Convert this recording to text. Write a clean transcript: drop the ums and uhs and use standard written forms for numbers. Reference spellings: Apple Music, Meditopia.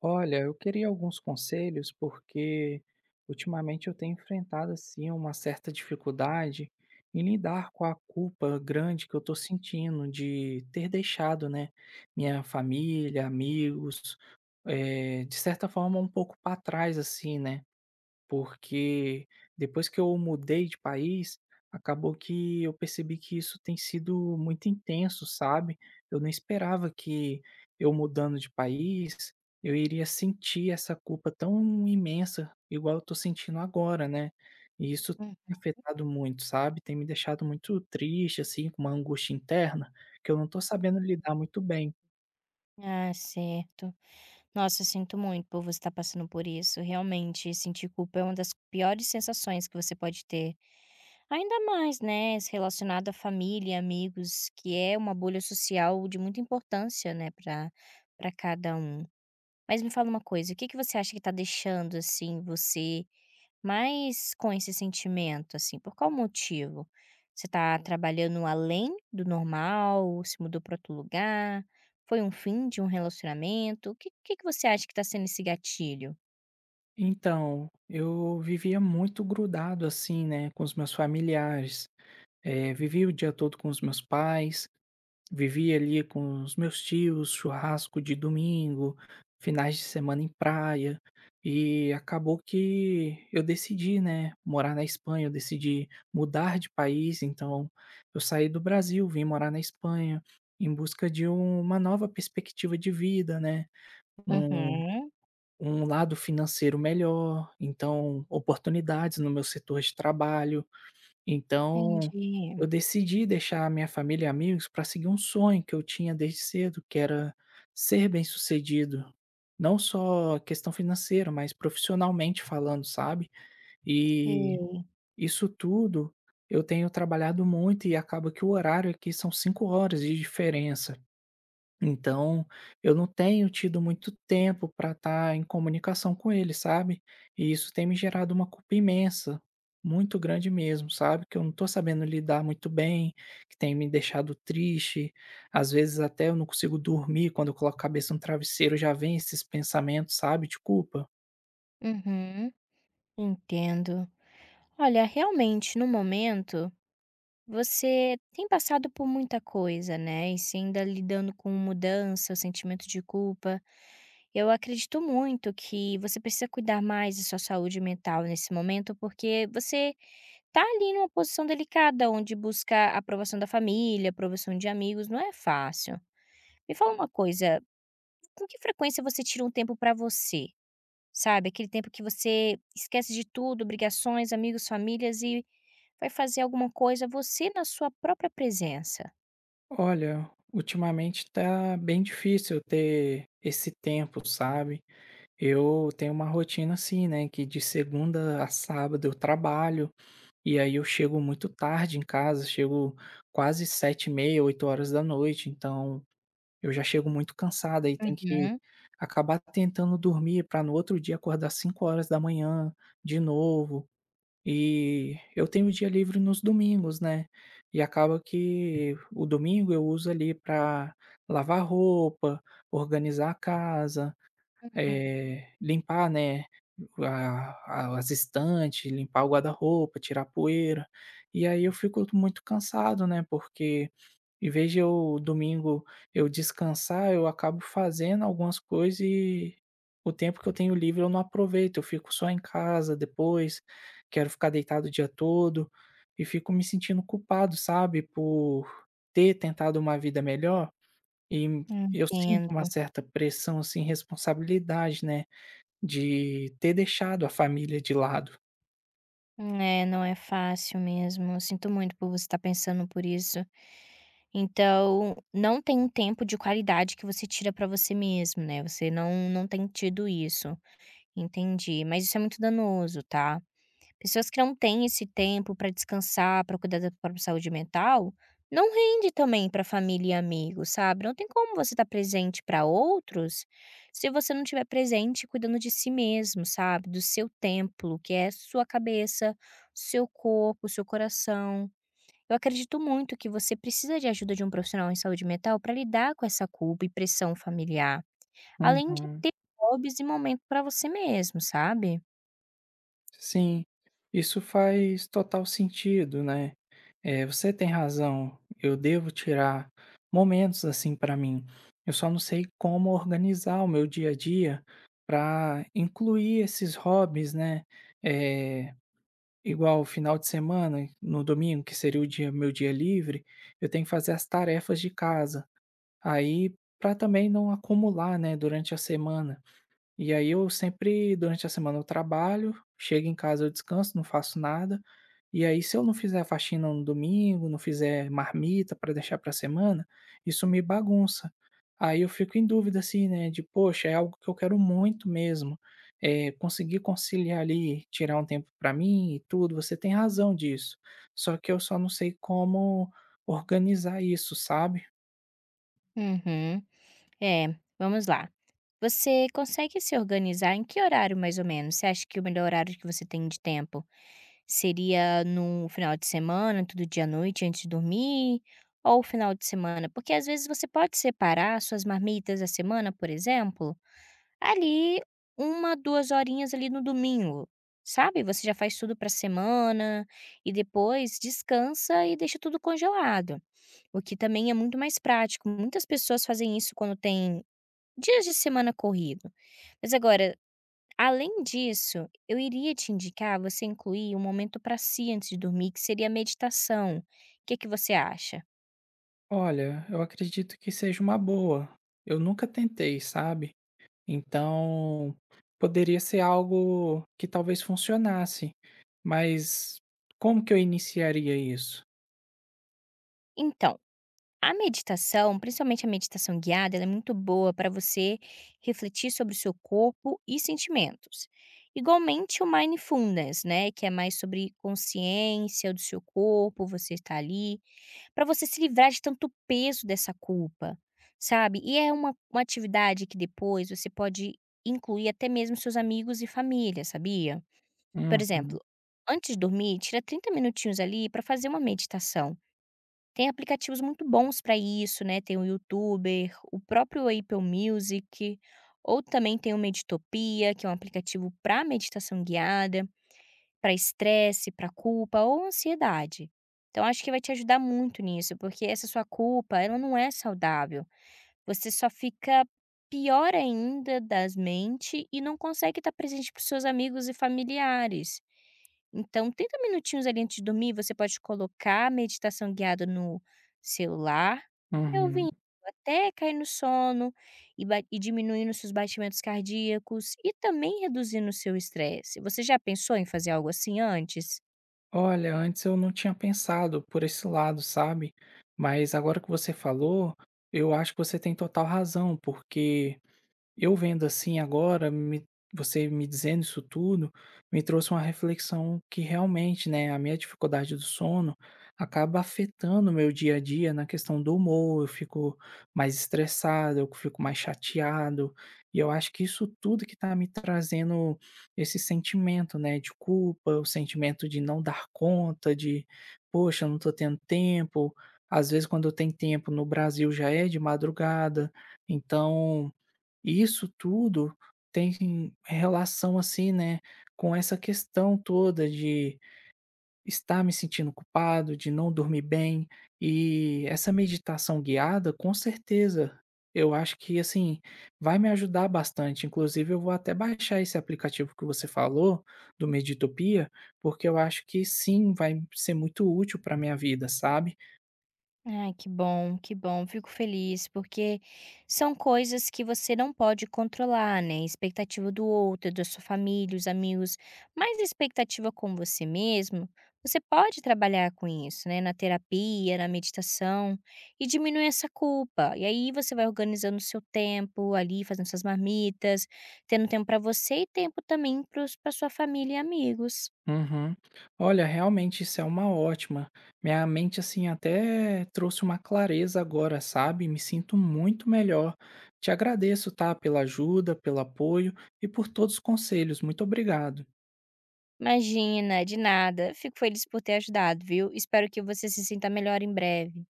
Olha, eu queria alguns conselhos porque ultimamente eu tenho enfrentado assim uma certa dificuldade em lidar com a culpa grande que eu estou sentindo de ter deixado, né, minha família, amigos, de certa forma um pouco para trás assim, né? Porque depois que eu mudei de país, acabou que eu percebi que isso tem sido muito intenso, sabe? Eu não esperava que eu mudando de país, eu iria sentir essa culpa tão imensa, igual eu tô sentindo agora, né? E isso tem Hum. me afetado muito, sabe? Tem me deixado muito triste, assim, com uma angústia interna, que eu não tô sabendo lidar muito bem. Ah, certo. Nossa, eu sinto muito por você estar passando por isso. Realmente, sentir culpa é uma das piores sensações que você pode ter. Ainda mais, né, se relacionado à família, amigos, que é uma bolha social de muita importância, né, para cada um. Mas me fala uma coisa, o que que você acha que tá deixando assim você. Mas com esse sentimento, assim, por qual motivo? Você tá trabalhando além do normal, se mudou para outro lugar, foi um fim de um relacionamento? O que que você acha que tá sendo esse gatilho? Então, eu vivia muito grudado assim, né, com os meus familiares. Vivi o dia todo com os meus pais, vivi ali com os meus tios, churrasco de domingo, finais de semana em praia, e acabou que eu decidi, né, morar na Espanha, eu decidi mudar de país, então eu saí do Brasil, vim morar na Espanha em busca de uma nova perspectiva de vida, né? Um, Uhum, um lado financeiro melhor, então oportunidades no meu setor de trabalho, então, entendi. eu decidi deixar a minha família e amigos para seguir um sonho que eu tinha desde cedo, que era ser bem-sucedido, não só questão financeira, mas profissionalmente falando, sabe. E Sei. isso tudo eu tenho trabalhado muito e acaba que o horário aqui são 5 horas de diferença. Então, eu não tenho tido muito tempo para estar em comunicação com ele, sabe. E isso tem me gerado uma culpa imensa, muito grande mesmo, sabe, que eu não tô sabendo lidar muito bem, que tem me deixado triste, às vezes até eu não consigo dormir, quando eu coloco a cabeça no travesseiro já vem esses pensamentos, sabe, de culpa. Uhum, entendo. Olha, realmente no momento, você tem passado por muita coisa, né, e se ainda lidando com mudança, o sentimento de culpa. Eu acredito muito que você precisa cuidar mais da sua saúde mental nesse momento, porque você tá ali numa posição delicada, onde buscar a aprovação da família, aprovação de amigos, não é fácil. Me fala uma coisa, com que frequência você tira um tempo pra você? Sabe, aquele tempo que você esquece de tudo, obrigações, amigos, famílias e vai fazer alguma coisa você na sua própria presença? Olha, ultimamente tá bem difícil eu ter esse tempo, sabe. Eu tenho uma rotina assim, né, que de segunda a sábado eu trabalho. E aí eu chego muito tarde em casa, chego quase 7h30 8 horas da noite, então eu já chego muito cansada e tem que Uhum, acabar tentando dormir para no outro dia acordar 5 horas da manhã de novo. E eu tenho dia livre nos domingos, né, e acaba que o domingo eu uso ali para lavar roupa, organizar a casa, uhum. Limpar, né, a as estantes, limpar o guarda-roupa, tirar a poeira. E aí eu fico muito cansado, né, porque em vez de eu domingo eu descansar, eu acabo fazendo algumas coisas e o tempo que eu tenho livre eu não aproveito, eu fico só em casa depois, quero ficar deitado o dia todo e fico me sentindo culpado, sabe, por ter tentado uma vida melhor e eu sinto uma Entendo. certa pressão, assim, responsabilidade, né. De ter deixado a família de lado. É, não é fácil mesmo. Eu sinto muito por você estar pensando por isso. Então, não tem um tempo de qualidade que você tira pra você mesmo, né? Você não tem tido isso. Entendi, mas isso é muito danoso, tá? Pessoas que não têm esse tempo para descansar, para cuidar da própria saúde mental, não rende também para família e amigos, sabe. Não tem como você estar presente para outros, se você não estiver presente cuidando de si mesmo, sabe, do seu templo, que é sua cabeça, seu corpo, seu coração. Eu acredito muito que você precisa de ajuda de um profissional em saúde mental para lidar com essa culpa e pressão familiar, além de Uhum. ter hobbies e momento para você mesmo, sabe. Sim, isso faz total sentido, né. Você tem razão, eu devo tirar momentos, assim, para mim. Eu só não sei como organizar o meu dia a dia para incluir esses hobbies, né. É igual o final de semana, no domingo, que seria o dia meu dia livre, eu tenho que fazer as tarefas de casa, aí para também não acumular, né, durante a semana. E aí eu sempre, durante a semana eu trabalho, chego em casa eu descanso, não faço nada, e aí se eu não fizer a faxina no domingo, não fizer marmita para deixar para semana, isso me bagunça. Aí eu fico em dúvida assim, né, de poxa, é algo que eu quero muito mesmo, conseguir conciliar ali, tirar um tempo para mim e tudo, você tem razão disso, só que eu só não sei como organizar isso, sabe. Uhum. É, vamos lá. Você consegue se organizar em que horário mais ou menos? Você acha que o melhor horário que você tem de tempo seria no final de semana, todo dia à noite antes de dormir? Ou final de semana? Porque às vezes você pode separar suas marmitas da semana, por exemplo, ali uma, duas horinhas ali no domingo, sabe? Você já faz tudo para semana e depois descansa e deixa tudo congelado, o que também é muito mais prático. Muitas pessoas fazem isso quando tem dias de semana corrido. Mas agora, além disso, eu iria te indicar você incluir um momento para si antes de dormir, que seria a meditação. O Que que você acha? Olha, eu acredito que seja uma boa, eu nunca tentei, sabe. Então, poderia ser algo que talvez funcionasse, mas como que eu iniciaria isso? Então, a meditação, principalmente a meditação guiada, ela é muito boa para você refletir sobre o seu corpo e sentimentos. Igualmente o mindfulness, né, que é mais sobre consciência do seu corpo, você está ali, para você se livrar de tanto peso dessa culpa, sabe. E é uma atividade que depois você pode incluir até mesmo seus amigos e família, sabia. Por Uhum, exemplo, antes de dormir, tira 30 minutinhos ali para fazer uma meditação. Tem aplicativos muito bons para isso, né, tem o Youtuber, o próprio Apple Music, ou também tem o Meditopia, que é um aplicativo para meditação guiada para estresse, para culpa ou ansiedade. Então acho que vai te ajudar muito nisso, porque essa sua culpa ela não é saudável. Você só fica pior ainda das mente e não consegue estar presente para os seus amigos e familiares. Então, 30 minutinhos ali antes de dormir, você pode colocar a meditação guiada no celular e uhum. ouvindo até cair no sono e, e diminuindo seus batimentos cardíacos e também reduzindo o seu estresse. Você já pensou em fazer algo assim antes? Olha, antes eu não tinha pensado por esse lado, sabe? Mas agora que você falou, eu acho que você tem total razão, porque eu vendo assim agora, me você me dizendo isso tudo, me trouxe uma reflexão que realmente, né, a minha dificuldade do sono acaba afetando o meu dia a dia na questão do humor, eu fico mais estressado, eu fico mais chateado, e eu acho que isso tudo que tá me trazendo esse sentimento, né, de culpa, o sentimento de não dar conta, de poxa, eu não tô tendo tempo, às vezes quando eu tenho tempo no Brasil já é de madrugada, então e isso tudo tem relação, assim, né, com essa questão toda de estar me sentindo culpado, de não dormir bem, e essa meditação guiada, com certeza, eu acho que, assim, vai me ajudar bastante. Inclusive, eu vou até baixar esse aplicativo que você falou, do Meditopia, porque eu acho que sim, vai ser muito útil para minha vida, sabe? Ai, que bom, que bom. Fico feliz, porque são coisas que você não pode controlar, né? Expectativa do outro, da sua família, os amigos, mas expectativa com você mesmo, você pode trabalhar com isso, né? Na terapia, na meditação, e diminuir essa culpa. E aí você vai organizando o seu tempo ali, fazendo suas marmitas, tendo tempo para você e tempo também para sua família e amigos. Uhum. Olha, realmente isso é uma ótima. Minha mente, assim, até trouxe uma clareza agora, sabe? Me sinto muito melhor. Te agradeço, tá? Pela ajuda, pelo apoio e por todos os conselhos. Muito obrigado. Imagina, de nada. Fico feliz por ter ajudado, viu. Espero que você se sinta melhor em breve.